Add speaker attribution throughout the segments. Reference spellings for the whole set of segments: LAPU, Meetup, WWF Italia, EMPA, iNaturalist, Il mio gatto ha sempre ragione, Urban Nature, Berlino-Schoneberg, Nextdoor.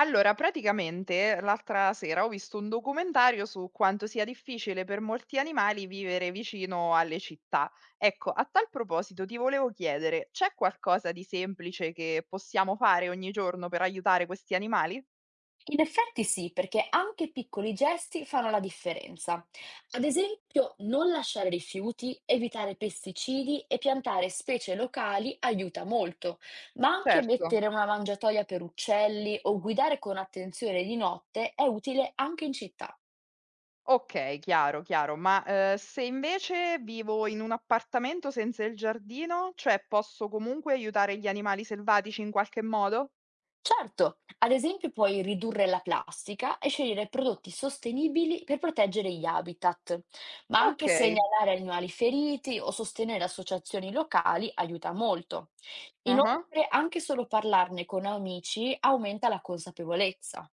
Speaker 1: Allora, praticamente l'altra sera ho visto un documentario su quanto sia difficile per molti animali vivere vicino alle città. Ecco, a tal proposito ti volevo chiedere, c'è qualcosa di semplice che possiamo fare ogni giorno per aiutare questi animali?
Speaker 2: In effetti sì, perché anche piccoli gesti fanno la differenza. Ad esempio, non lasciare rifiuti, evitare pesticidi e piantare specie locali aiuta molto, ma anche
Speaker 1: Certo.
Speaker 2: mettere una mangiatoia per uccelli o guidare con attenzione di notte è utile anche in città.
Speaker 1: Ok, chiaro, chiaro, ma se invece vivo in un appartamento senza il giardino, cioè posso comunque aiutare gli animali selvatici in qualche modo?
Speaker 2: Certo, ad esempio puoi ridurre la plastica e scegliere prodotti sostenibili per proteggere gli habitat, ma
Speaker 1: Ok.
Speaker 2: anche segnalare animali feriti o sostenere associazioni locali aiuta molto.
Speaker 1: Ah.
Speaker 2: Inoltre, anche solo parlarne con amici aumenta la consapevolezza.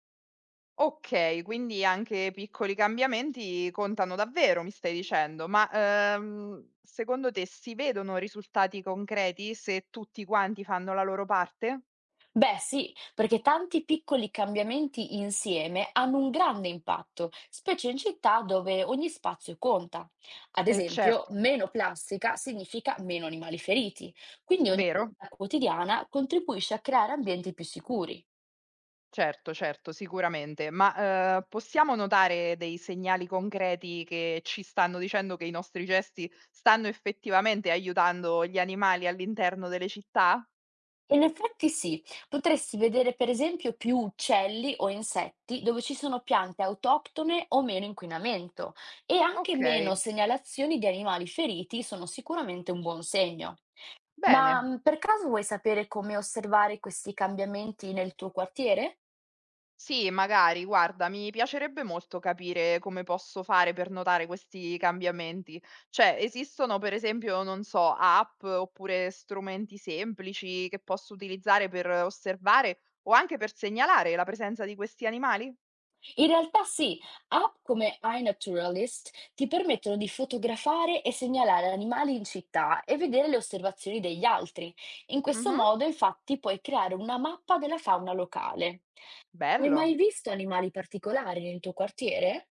Speaker 1: Okay, quindi anche piccoli cambiamenti contano davvero, mi stai dicendo. Ma, secondo te si vedono risultati concreti se tutti quanti fanno la loro parte?
Speaker 2: Beh, sì, perché tanti piccoli cambiamenti insieme hanno un grande impatto, specie in città dove ogni spazio conta. Ad
Speaker 1: Eh
Speaker 2: esempio,
Speaker 1: certo.
Speaker 2: meno plastica significa meno animali feriti, quindi ogni
Speaker 1: Vero?
Speaker 2: vita quotidiana contribuisce a creare ambienti più sicuri.
Speaker 1: Certo, certo, sicuramente. Ma, possiamo notare dei segnali concreti che ci stanno dicendo che i nostri gesti stanno effettivamente aiutando gli animali all'interno delle città?
Speaker 2: In effetti sì, potresti vedere per esempio più uccelli o insetti dove ci sono piante autoctone o meno inquinamento e anche meno
Speaker 1: Okay,
Speaker 2: segnalazioni di animali feriti sono sicuramente un buon segno. Ma,
Speaker 1: bene.
Speaker 2: per caso vuoi sapere come osservare questi cambiamenti nel tuo quartiere?
Speaker 1: Sì, magari, guarda, mi piacerebbe molto capire come posso fare per notare questi cambiamenti. Cioè, esistono per esempio, non so, app oppure strumenti semplici che posso utilizzare per osservare o anche per segnalare la presenza di questi animali?
Speaker 2: In realtà sì, app come iNaturalist ti permettono di fotografare e segnalare animali in città e vedere le osservazioni degli altri. In questo
Speaker 1: Mhm,
Speaker 2: modo, infatti, puoi creare una mappa della fauna locale. Hai mai
Speaker 1: bello.
Speaker 2: visto animali particolari nel tuo quartiere?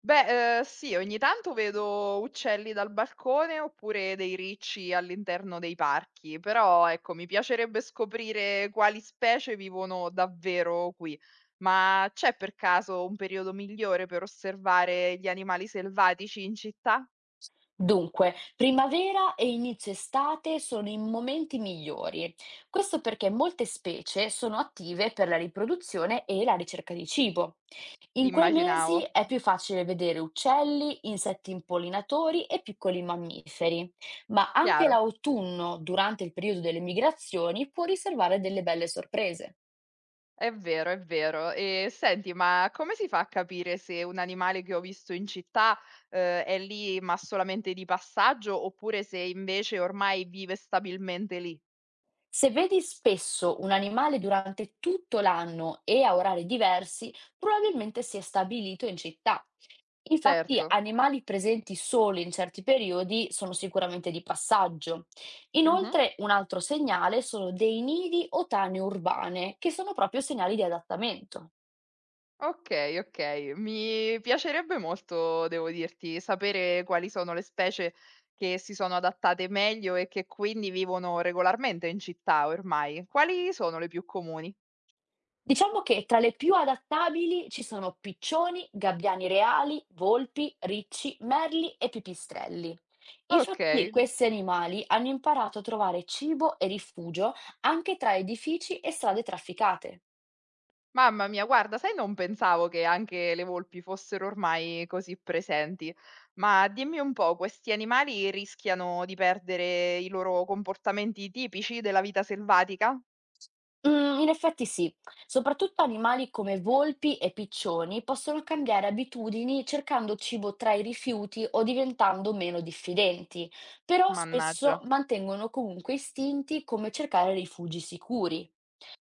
Speaker 1: Beh, sì, ogni tanto vedo uccelli dal balcone oppure dei ricci all'interno dei parchi, però ecco, mi piacerebbe scoprire quali specie vivono davvero qui. Ma c'è per caso un periodo migliore per osservare gli animali selvatici in città?
Speaker 2: Dunque, primavera e inizio estate sono i momenti migliori. Questo perché molte specie sono attive per la riproduzione e la ricerca di cibo. In quei mesi
Speaker 1: Immaginavo.
Speaker 2: è più facile vedere uccelli, insetti impollinatori e piccoli mammiferi, ma anche
Speaker 1: Chiaro.
Speaker 2: l'autunno, durante il periodo delle migrazioni, può riservare delle belle sorprese.
Speaker 1: È vero, è vero. E senti, ma come si fa a capire se un animale che ho visto in città, è lì ma solamente di passaggio, oppure se invece ormai vive stabilmente lì?
Speaker 2: Se vedi spesso un animale durante tutto l'anno e a orari diversi, probabilmente si è stabilito in città. Infatti,
Speaker 1: Certo.
Speaker 2: animali presenti solo in certi periodi sono sicuramente di passaggio.
Speaker 1: Mh-mh.
Speaker 2: Inoltre, un altro segnale sono dei nidi o tane urbane, che sono proprio segnali di adattamento.
Speaker 1: Okay, okay. Mi piacerebbe molto, devo dirti, sapere quali sono le specie che si sono adattate meglio e che quindi vivono regolarmente in città ormai. Quali sono le più comuni?
Speaker 2: Diciamo che tra le più adattabili ci sono piccioni, gabbiani reali, volpi, ricci, merli e pipistrelli. Infatti
Speaker 1: Okay.
Speaker 2: questi animali hanno imparato a trovare cibo e rifugio anche tra edifici e strade trafficate.
Speaker 1: Mamma mia, guarda, sai non pensavo che anche le volpi fossero ormai così presenti. Ma dimmi un po', questi animali rischiano di perdere i loro comportamenti tipici della vita selvatica?
Speaker 2: In effetti sì, soprattutto animali come volpi e piccioni possono cambiare abitudini cercando cibo tra i rifiuti o diventando meno diffidenti, però spesso
Speaker 1: Mannaggia.
Speaker 2: mantengono comunque istinti come cercare rifugi sicuri.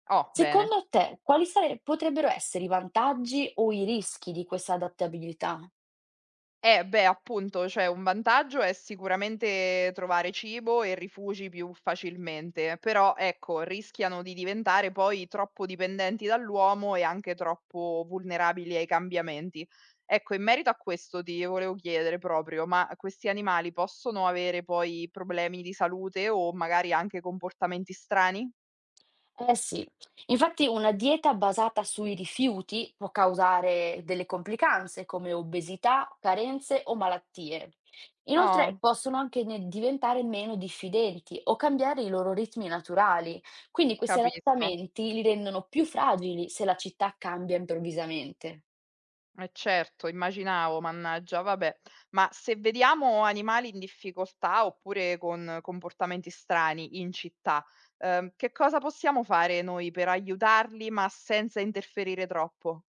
Speaker 1: Oh, bene.
Speaker 2: Secondo te, quali potrebbero essere i vantaggi o i rischi di questa adattabilità?
Speaker 1: Eh beh, appunto, cioè un vantaggio è sicuramente trovare cibo e rifugi più facilmente, però ecco, rischiano di diventare poi troppo dipendenti dall'uomo e anche troppo vulnerabili ai cambiamenti. Ecco, in merito a questo ti volevo chiedere proprio, ma questi animali possono avere poi problemi di salute o magari anche comportamenti strani?
Speaker 2: Eh sì, infatti una dieta basata sui rifiuti può causare delle complicanze come obesità, carenze o malattie. Inoltre
Speaker 1: Oh,
Speaker 2: possono diventare meno diffidenti o cambiare i loro ritmi naturali, quindi questi
Speaker 1: capisco.
Speaker 2: adattamenti li rendono più fragili se la città cambia improvvisamente.
Speaker 1: Eh certo, immaginavo, mannaggia, vabbè. Ma se vediamo animali in difficoltà oppure con comportamenti strani in città, che cosa possiamo fare noi per aiutarli ma senza interferire troppo?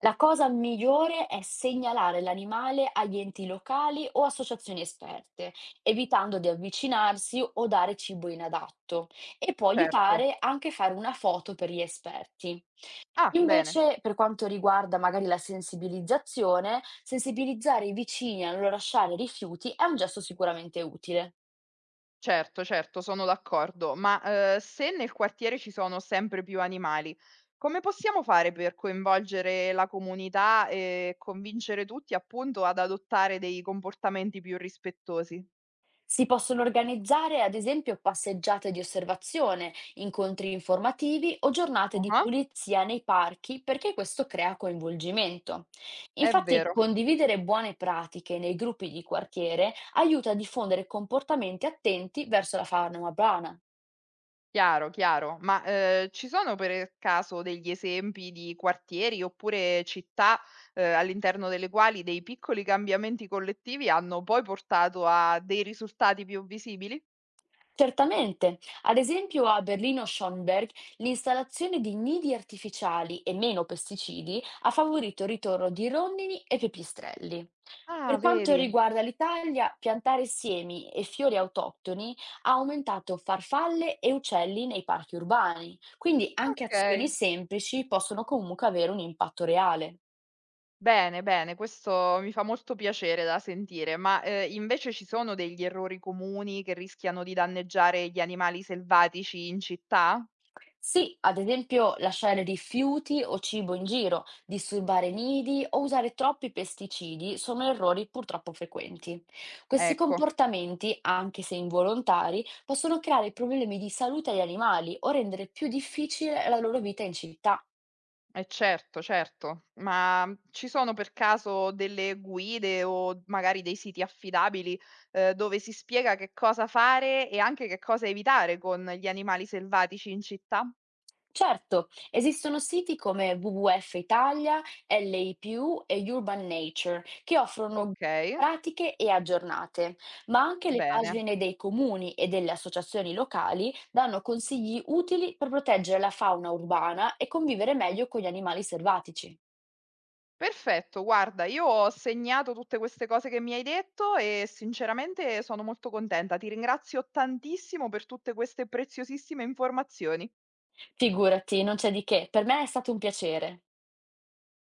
Speaker 2: La cosa migliore è segnalare l'animale agli enti locali o associazioni esperte, evitando di avvicinarsi o dare cibo inadatto, e può
Speaker 1: Certo.
Speaker 2: aiutare anche a fare una foto per gli esperti.
Speaker 1: Ah, bene.
Speaker 2: Invece, per quanto riguarda magari la sensibilizzare i vicini a non lasciare rifiuti è un gesto sicuramente utile.
Speaker 1: Certo, certo, sono d'accordo. Ma se nel quartiere ci sono sempre più animali, come possiamo fare per coinvolgere la comunità e convincere tutti appunto ad adottare dei comportamenti più rispettosi?
Speaker 2: Si possono organizzare, ad esempio, passeggiate di osservazione, incontri informativi o giornate di
Speaker 1: Ah.
Speaker 2: pulizia nei parchi perché questo crea coinvolgimento.
Speaker 1: È
Speaker 2: Infatti,
Speaker 1: vero,
Speaker 2: condividere buone pratiche nei gruppi di quartiere aiuta a diffondere comportamenti attenti verso la fauna urbana.
Speaker 1: chiaro, chiaro. Ma, ci sono per caso degli esempi di quartieri oppure città, all'interno delle quali dei piccoli cambiamenti collettivi hanno poi portato a dei risultati più visibili?
Speaker 2: Certamente, ad esempio a Berlino-Schoneberg l'installazione di nidi artificiali e meno pesticidi ha favorito il ritorno di rondini e pipistrelli.
Speaker 1: Ah,
Speaker 2: Per quanto
Speaker 1: vedi.
Speaker 2: riguarda l'Italia, piantare semi e fiori autoctoni ha aumentato farfalle e uccelli nei parchi urbani, quindi anche
Speaker 1: Okay.
Speaker 2: azioni semplici possono comunque avere un impatto reale.
Speaker 1: Bene, bene, questo mi fa molto piacere da sentire, ma, invece ci sono degli errori comuni che rischiano di danneggiare gli animali selvatici in città?
Speaker 2: Sì, ad esempio lasciare rifiuti o cibo in giro, disturbare i nidi o usare troppi pesticidi sono errori purtroppo frequenti. Questi
Speaker 1: Ecco.
Speaker 2: comportamenti, anche se involontari, possono creare problemi di salute agli animali o rendere più difficile la loro vita in città.
Speaker 1: Eh certo, certo. Ma, ci sono per caso delle guide o magari dei siti affidabili, dove si spiega che cosa fare e anche che cosa evitare con gli animali selvatici in città?
Speaker 2: Certo, esistono siti come WWF Italia, LAPU e Urban Nature che offrono guide
Speaker 1: Okay,
Speaker 2: pratiche e aggiornate, ma anche le
Speaker 1: bene.
Speaker 2: pagine dei comuni e delle associazioni locali danno consigli utili per proteggere la fauna urbana e convivere meglio con gli animali selvatici.
Speaker 1: Perfetto, guarda, io ho segnato tutte queste cose che mi hai detto e sinceramente sono molto contenta. Ti ringrazio tantissimo per tutte queste preziosissime informazioni.
Speaker 2: Figurati, non c'è di che, per me è stato un piacere.